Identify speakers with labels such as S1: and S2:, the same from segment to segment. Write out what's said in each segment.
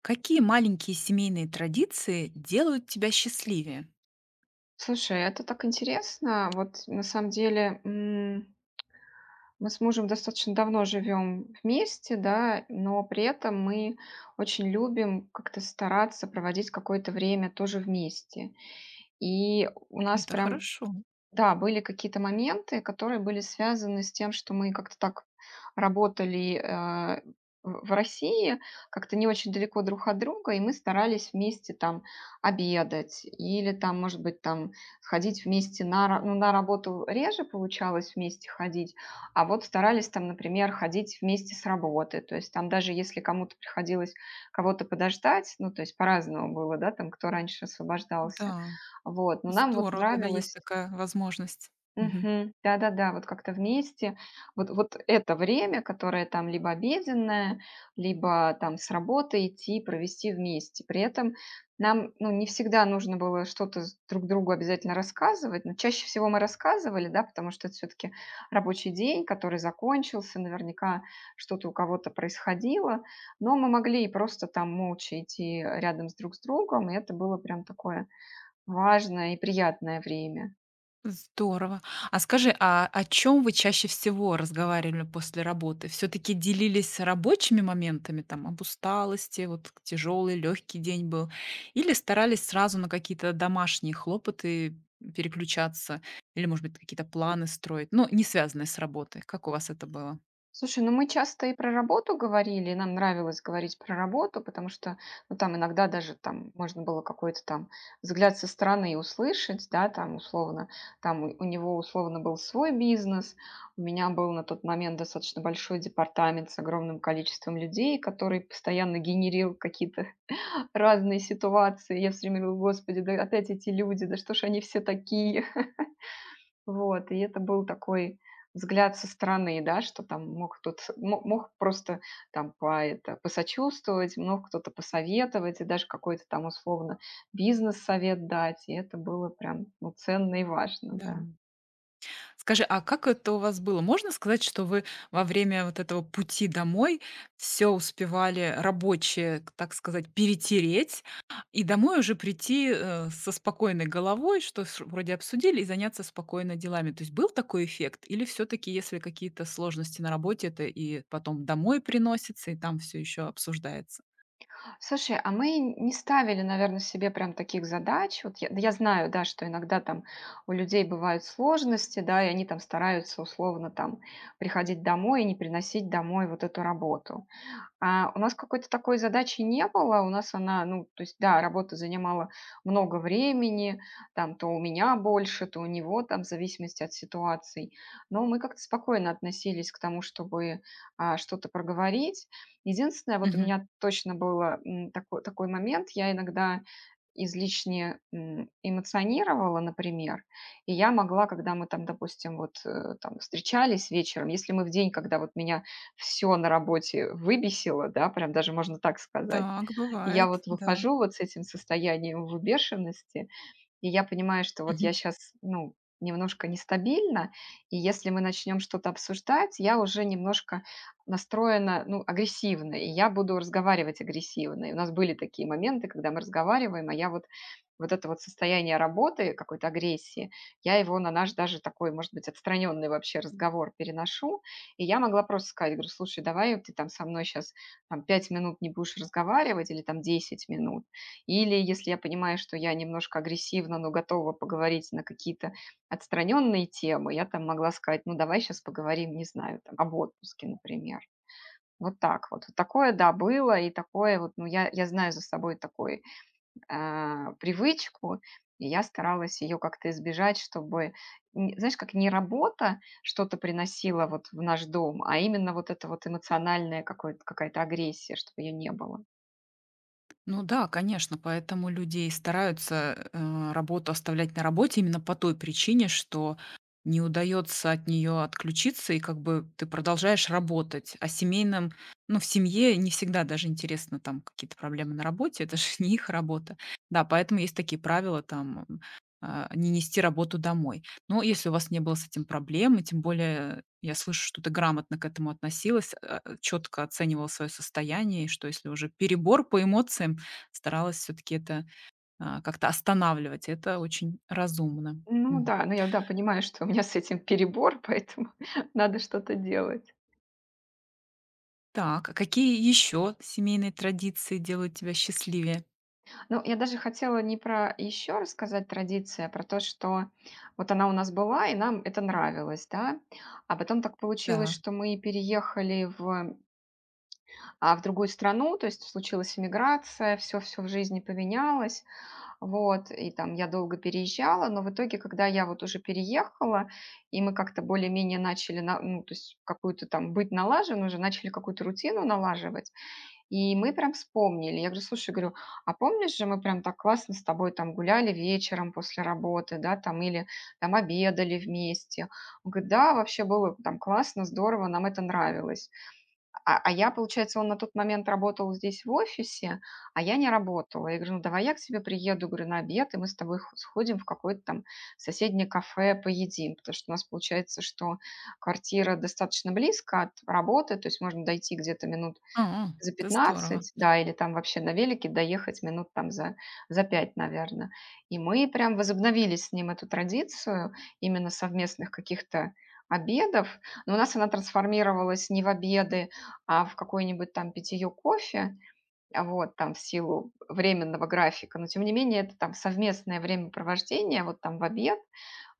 S1: Какие маленькие семейные традиции делают тебя счастливее?
S2: Слушай, это так интересно. Вот на самом деле, мы с мужем достаточно давно живем вместе, да, но при этом мы очень любим как-то стараться проводить какое-то время тоже вместе. И у нас
S1: Это
S2: прям
S1: хорошо.
S2: да, были какие-то моменты, которые были связаны с тем, что мы как-то так работали, в России, как-то не очень далеко друг от друга, и мы старались вместе там обедать или там, может быть, там ходить вместе на ра ну, на работу реже получалось вместе ходить, а вот старались там, например, ходить вместе с работы. То есть там даже если кому-то приходилось кого-то подождать, ну, то есть по-разному было, да, там кто раньше освобождался.
S1: Да,
S2: Вот, но нам вот
S1: здорово, когда есть
S2: нравилось.
S1: такая возможность. Мгм.
S2: Мгм. Да-да-да, вот как-то вместе. Вот вот это время, которое там либо обеденное, либо там с работы идти, провести вместе. При этом нам, ну, не всегда нужно было что-то с друг другу обязательно рассказывать, но чаще всего мы рассказывали, да, потому что это все-таки рабочий день, который закончился, наверняка что-то у кого-то происходило, но мы могли и просто там молча идти рядом с друг с другом, и это было прям такое важное и приятное время.
S1: Здорово. А скажи, а о чем вы чаще всего разговаривали после работы? Все-таки делились рабочими моментами, там, об усталости, вот тяжелый, легкий день был, или старались сразу на какие-то домашние хлопоты переключаться, или, может быть, какие-то планы строить, но не связанные с работой. Как у вас это было?
S2: Слушай, ну мы часто и про работу говорили, и нам нравилось говорить про работу, потому что, ну, там иногда даже там можно было какой-то там взгляд со стороны услышать, да, там условно, там у него условно был свой бизнес, у меня был на тот момент достаточно большой департамент с огромным количеством людей, который постоянно генерил какие-то разные ситуации. Я все время говорила, господи, да опять эти люди, да что ж они все такие? Вот, и это был такой взгляд со стороны, да, что там мог кто-то, мог просто там по это, посочувствовать, мог кто-то посоветовать, и даже какой-то там условно бизнес-совет дать, и это было прям ну, ценно и важно,
S1: Да.
S2: да.
S1: Скажи, а как это у вас было? Можно сказать, что вы во время вот этого пути домой все успевали рабочее, к так сказать, перетереть, и домой уже прийти, со спокойной головой, что ш вроде обсудили, и заняться спокойно делами? То есть был такой эффект? Или все таки если какие-то сложности на работе, это и потом домой приносится, и там все еще обсуждается?
S2: Слушай, а мы не ставили, наверное, себе прям таких задач. Вот я, да, я знаю, да, что иногда там у людей бывают сложности, да, и они там стараются условно там приходить домой и не приносить домой вот эту работу. У нас какой-то такой задачи не было. У нас она, ну, то есть, да, работа занимала много времени, там то у меня больше, то у него, там, в зависимости от ситуации. Но мы как-то спокойно относились к тому, чтобы что-то проговорить. Единственное, вот у
S1: Мгм.
S2: меня точно был такой момент, я иногда излишне эмоционировала, например, и я могла, когда мы там, допустим, вот там встречались вечером, если мы в день, когда вот меня все на работе выбесило, да, прям даже можно так сказать.
S1: Так,
S2: И я
S1: бывает,
S2: вот
S1: да.
S2: выхожу вот с этим состоянием выбешенности. И я понимаю, что вот я сейчас, ну, немножко нестабильна, и если мы начнем что-то обсуждать, я уже немножко настроена, ну, агрессивно, и я буду разговаривать агрессивно. И у нас были такие моменты, когда мы разговариваем, а я вот вот это вот состояние работы, какой-то агрессии, я его на наш даже такой, может быть, отстраненный вообще разговор переношу, и я могла просто сказать, говорю, слушай, давай вот ты там со мной сейчас там 5 минут не будешь разговаривать или там 10 минут, или если я понимаю, что я немножко агрессивна, но готова поговорить на какие-то отстраненные темы, я там могла сказать, ну давай сейчас поговорим, не знаю, там, об отпуске, например. Вот так вот. Вот такое, да, было, и такое вот, ну, я знаю за собой такую привычку, и я старалась ее как-то избежать, чтобы, не- знаешь, как не работа что-то приносила вот в наш дом, а именно вот это вот эмоциональная какая-то агрессия, чтобы ее не было.
S1: Ну да, конечно, поэтому людей стараются, работу оставлять на работе именно по той причине, что не удается от нее отключиться, и как бы ты продолжаешь работать. А семейным, ну, в семье не всегда даже интересно там какие-то проблемы на работе, это же не их работа. Да, поэтому есть такие правила там, не нести работу домой. Но если у вас не было с этим проблем, и тем более я слышу, что ты грамотно к этому относилась, четко оценивала свое состояние, и что если уже перебор по эмоциям, старалась все таки это, как-то останавливать. Это очень разумно.
S2: Ну
S1: Мгм.
S2: да, ну да, понимаю, что у меня с этим перебор, поэтому надо что-то делать.
S1: Так, а какие еще семейные традиции делают тебя счастливее?
S2: Ну, я даже хотела не про еще рассказать традиция, а про то, что вот она у нас была, и нам это нравилось, да. А потом так получилось,
S1: Да.
S2: что мы переехали в, в другую страну, то есть случилась иммиграция, все-все в жизни поменялось. Вот, и там я долго переезжала, но в итоге, когда я вот уже переехала, и мы как-то более-менее начали, ну, то есть какую-то там быть налажены уже, начали какую-то рутину налаживать, и мы прям вспомнили. Я говорю, слушай, говорю, а помнишь же, мы прям так классно с тобой там гуляли вечером после работы, да, там, или там обедали вместе. Он говорит, да, вообще было там классно, здорово, нам это нравилось. А я, получается, он на тот момент работал здесь в офисе, а я не работала. Я говорю: "Ну, давай я к тебе приеду, говорю, на обед, и мы с тобой хо сходим в какое-то там соседнее кафе, поедим". Потому что у нас получается, что квартира достаточно близко от работы, то есть можно дойти где-то минут
S1: А,
S2: за
S1: это здорово.
S2: пятнадцать, да, или там вообще на велике доехать минут там за 5, наверное. И мы прям возобновили с ним эту традицию именно совместных каких-то обедов. Но у нас она трансформировалась не в обеды, а в какое-нибудь там питье кофе, вот, там в силу временного графика. Но тем не менее это там совместное времяпровождение вот там в обед,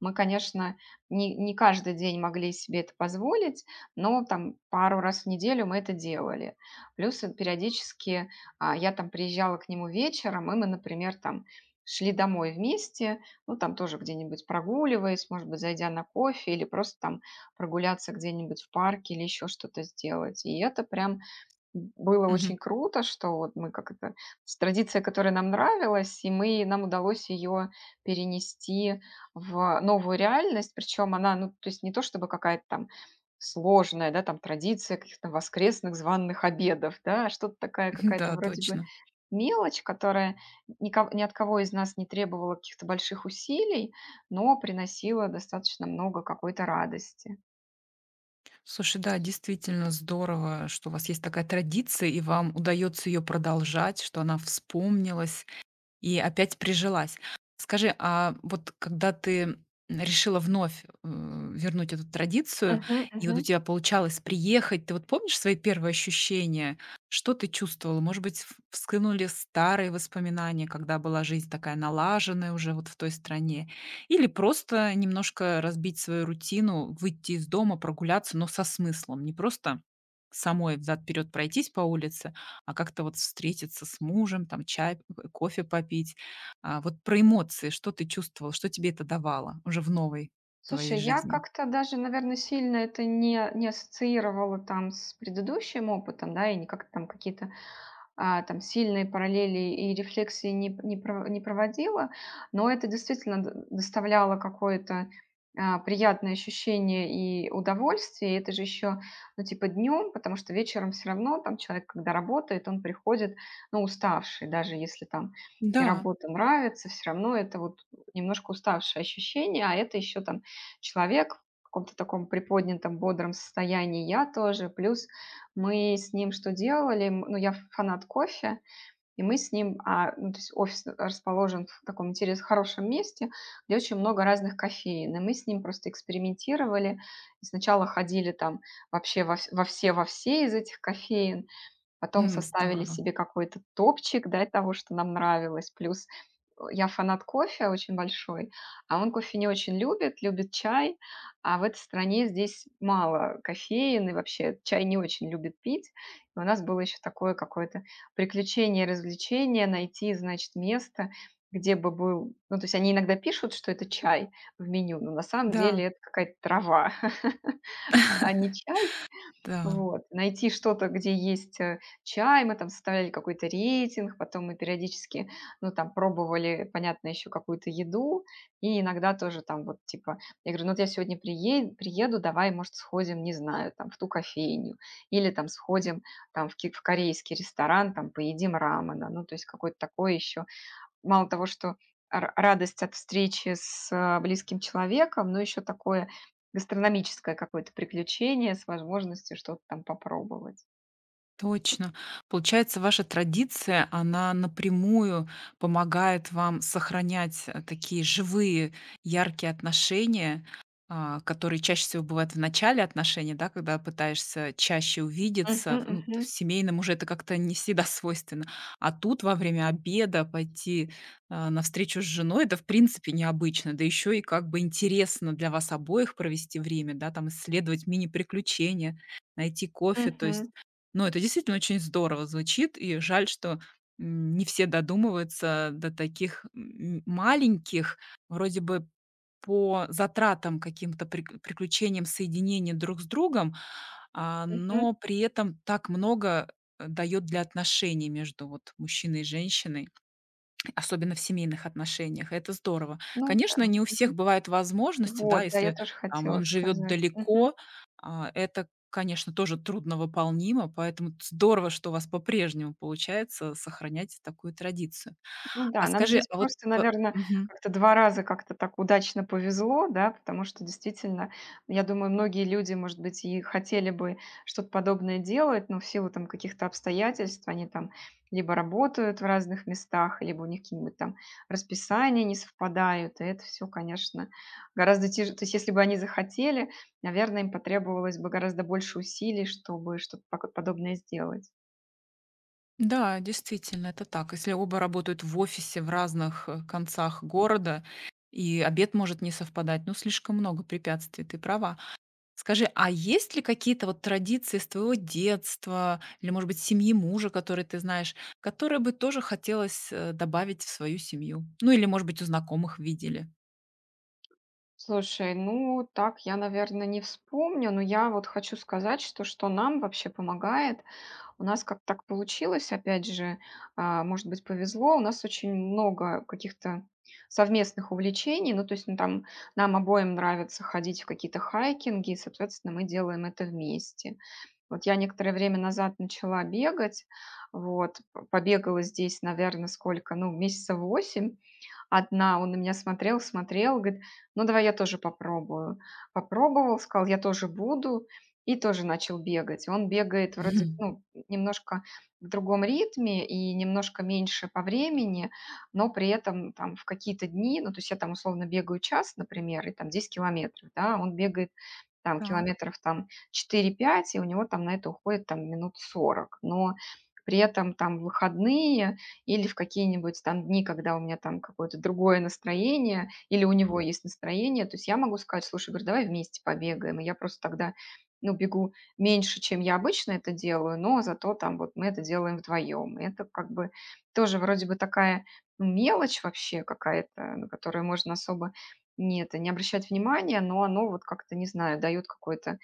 S2: мы, конечно, не каждый день могли себе это позволить, но там пару раз в неделю мы это делали. Плюс периодически я там приезжала к нему вечером, и мы, например, там шли домой вместе, ну, там тоже где-нибудь прогуливаясь, может быть, зайдя на кофе или просто там прогуляться где-нибудь в парке или еще что-то сделать. И это прям было
S1: Мгм.
S2: очень круто, что вот мы как это с традиция, которая нам нравилась, и мы нам удалось ее перенести в новую реальность. Причем она, ну, то есть не то чтобы какая-то там сложная, да, там традиция каких-то воскресных званных обедов, да, а что-то такая какая-то
S1: Да,
S2: вроде бы
S1: точно.
S2: мелочь, которая ников ни от кого из нас не требовала каких-то больших усилий, но приносила достаточно много какой-то радости.
S1: Слушай, да, действительно здорово, что у вас есть такая традиция, и вам удается ее продолжать, что она вспомнилась. И опять прижилась. Скажи, а вот когда ты решила вновь, вернуть эту традицию,
S2: Мгм,
S1: и вот
S2: мгм.
S1: у тебя получалось приехать, ты вот помнишь свои первые ощущения? Что ты чувствовала? Может быть, в вскынули старые воспоминания, когда была жизнь такая налаженная уже вот в той стране? Или просто немножко разбить свою рутину, выйти из дома, прогуляться, но со смыслом? Не просто самой взад-вперед пройтись по улице, а как-то вот встретиться с мужем, там чай, кофе попить. А, вот про эмоции, что ты чувствовал, что тебе это давало уже в новой твоей
S2: Слушай, я
S1: жизни?
S2: как-то даже, наверное, сильно это не ассоциировала там с предыдущим опытом, да, и не как-то там какие-то там сильные параллели и рефлексии не проводила, но это действительно д доставляло какое-то, приятное ощущение и удовольствие. И это же еще, ну, типа днем, потому что вечером все равно там человек, когда работает, он приходит, ну, уставший, даже если там и
S1: Да,
S2: работа нравится, все равно это вот немножко уставшее ощущение, а это еще там человек в каком-то таком приподнятом, бодром состоянии, я тоже, плюс мы с ним что делали? Ну, я фанат кофе, и мы с ним, ну, то есть офис расположен в таком интерес хорошем месте, где очень много разных кофеин. И мы с ним просто экспериментировали. И сначала ходили там вообще во, вс- во все из этих кофеин. Потом составили
S1: здорово.
S2: себе какой-то топчик, да, того, что нам нравилось. Плюс, я фанат кофе очень большой, а он кофе не очень любит, любит чай, а в этой стране здесь мало кофеин и вообще чай не очень любит пить. И у нас было еще такое какое-то приключение, развлечение, найти, значит, место, где бы был ну, то есть они иногда пишут, что это чай в меню, но на самом
S1: Да,
S2: деле это какая-то трава, а не чай.
S1: да.
S2: Вот. Найти что-то, где есть, чай. Мы там составляли какой-то рейтинг, потом мы периодически, ну, там пробовали, понятно, еще какую-то еду. И иногда тоже там вот типа, я говорю: "Ну, вот я сегодня приеду, давай, может, сходим, не знаю, там, в ту кофейню или там сходим там в корейский ресторан, там поедим рамена". Ну, то есть какое-то такое еще. Мало того, что р радость от встречи с, близким человеком, но еще такое гастрономическое какое-то приключение с возможностью что-то там попробовать.
S1: Точно. Получается, ваша традиция, она напрямую помогает вам сохранять, такие живые, яркие отношения, которые чаще всего бывают в начале отношений, да, когда пытаешься чаще
S2: Мгм,
S1: увидеться. В ну,
S2: мгм,
S1: в семейном уже это как-то не всегда свойственно. А тут во время обеда пойти, а, на с женой — это, в принципе, необычно. Да еще и как бы интересно для вас обоих провести время, да, там исследовать мини-приключения, найти кофе. То есть
S2: мгм,
S1: но это действительно очень здорово звучит, и жаль, что, не все додумываются до таких, маленьких, вроде бы по затратам, каким-то приключениям соединения друг с другом,
S2: мгм.
S1: но при этом так много, дает для отношений между вот мужчиной и женщиной. Особенно в семейных отношениях. Это здорово.
S2: Ну да,
S1: Конечно, не у всех
S2: мгм.
S1: бывают возможности, да,
S2: Вот, да, я
S1: если
S2: тоже
S1: там
S2: хотела
S1: он живет
S2: сказать. Мгм.
S1: далеко, а это, конечно, тоже трудновыполнимо, поэтому т здорово, что у вас по-прежнему получается сохранять такую традицию.
S2: Ну
S1: А
S2: да, нам
S1: скажи,
S2: здесь
S1: а вот
S2: просто,
S1: п
S2: наверное,
S1: Мгм.
S2: как-то 2 раза как-то так удачно повезло, да, потому что действительно, я думаю, многие люди, может быть, и хотели бы что-то подобное делать, но в силу там каких-то обстоятельств они там либо работают в разных местах, либо у них какие-нибудь там расписания не совпадают. И это все, конечно, гораздо тяжелее. То есть если бы они захотели, наверное, им потребовалось бы гораздо больше усилий, чтобы что-то поко подобное сделать.
S1: Да, действительно, это так. Если оба работают в офисе в разных, концах города, и обед может не совпадать, ну, слишком много препятствий, ты права. Скажи, а есть ли какие-то вот традиции с твоего детства или, может быть, семьи мужа, которые ты знаешь, которые бы тоже хотелось, добавить в свою семью? Ну или, может быть, у знакомых видели?
S2: Слушай, ну так я, наверное, не вспомню, но я вот хочу сказать, что нам вообще помогает, у нас как так получилось, опять же, может быть, повезло. У нас очень много каких-то совместных увлечений. Ну, то есть, ну, там нам обоим нравится ходить в какие-то хайкинги, и, соответственно, мы делаем это вместе. Вот я некоторое время назад начала бегать, вот, побегала здесь, наверное, сколько, ну, месяца восемь одна, он на меня смотрел, смотрел, говорит, ну, давай я тоже попробую. Попробовал, сказал, я тоже буду, и тоже начал бегать. Он бегает вроде,
S1: Мгм.
S2: ну, немножко в другом ритме и немножко меньше по времени, но при этом там в какие-то дни, ну, то есть я там условно бегаю час, например, и там 10 километров, да, он бегает там
S1: Так.
S2: километров там четыре-пять и у него там на это уходит там минут сорок. Но при этом там в выходные или в какие-нибудь там дни, когда у меня там какое-то другое настроение, или у него есть настроение, то есть я могу сказать, слушай, говорю, давай вместе побегаем, и я просто тогда ну, бегу меньше, чем я обычно это делаю, но зато там вот мы это делаем вдвоем. И это как бы тоже вроде бы такая ну, мелочь вообще какая-то, на которую можно особо не обращать внимания, но оно вот как-то, не знаю, дает какое-то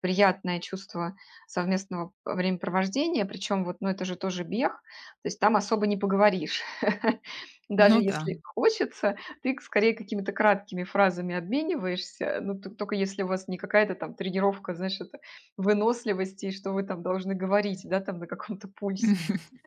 S2: приятное чувство совместного времяпровождения. Причем вот, ну, это же тоже бег, то есть там особо не поговоришь. Даже
S1: Ну да.
S2: если хочется, ты скорее какими-то краткими фразами обмениваешься, ну, только если у вас не какая-то там тренировка, знаешь, это выносливости, что вы там должны говорить, да, там на каком-то пульсе.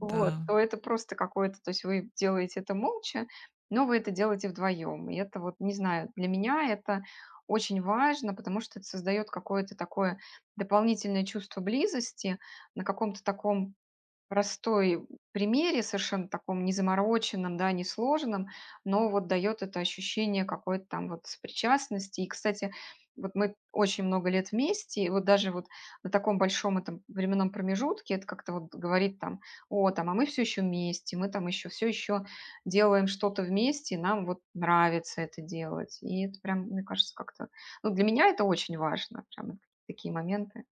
S2: Вот, то это просто какое-то, то есть вы делаете это молча, но вы это делаете вдвоем. И это вот, не знаю, для меня это очень важно, потому что это создает какое-то такое дополнительное чувство близости на каком-то таком простой примере, совершенно таком незамороченном, да, несложном, но вот дает это ощущение какой-то там вот сопричастности. И, кстати, вот мы очень много лет вместе, и вот даже вот на таком большом этом временном промежутке это как-то вот говорит там: "О, там, а мы все еще вместе, мы там еще все еще делаем что-то вместе, и нам вот нравится это делать". И это прям, мне кажется, как-то ну, для меня это очень важно, прям вот такие моменты.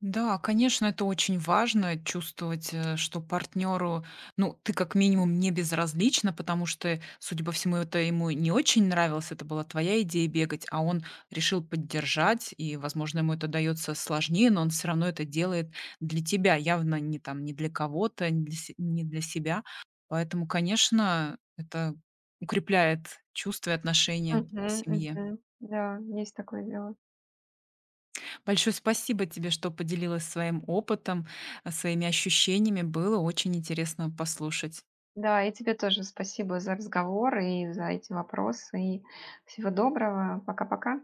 S1: Да, конечно, это очень важно чувствовать, что партнеру, ну, ты как минимум не безразлична, потому что, судя по всему, это ему не очень нравилось, это была твоя идея бегать, а он решил поддержать, и, возможно, ему это дается сложнее, но он все равно это делает для тебя, явно не там, не для кого-то, не для, не для себя. Поэтому, конечно, это укрепляет чувства и отношения в
S2: Мгм,
S1: семье.
S2: мгм. Да, есть такое дело.
S1: Большое спасибо тебе, что поделилась своим опытом, своими ощущениями. Было очень интересно послушать.
S2: Да, и тебе тоже спасибо за разговор и за эти вопросы. И всего доброго. Пока-пока.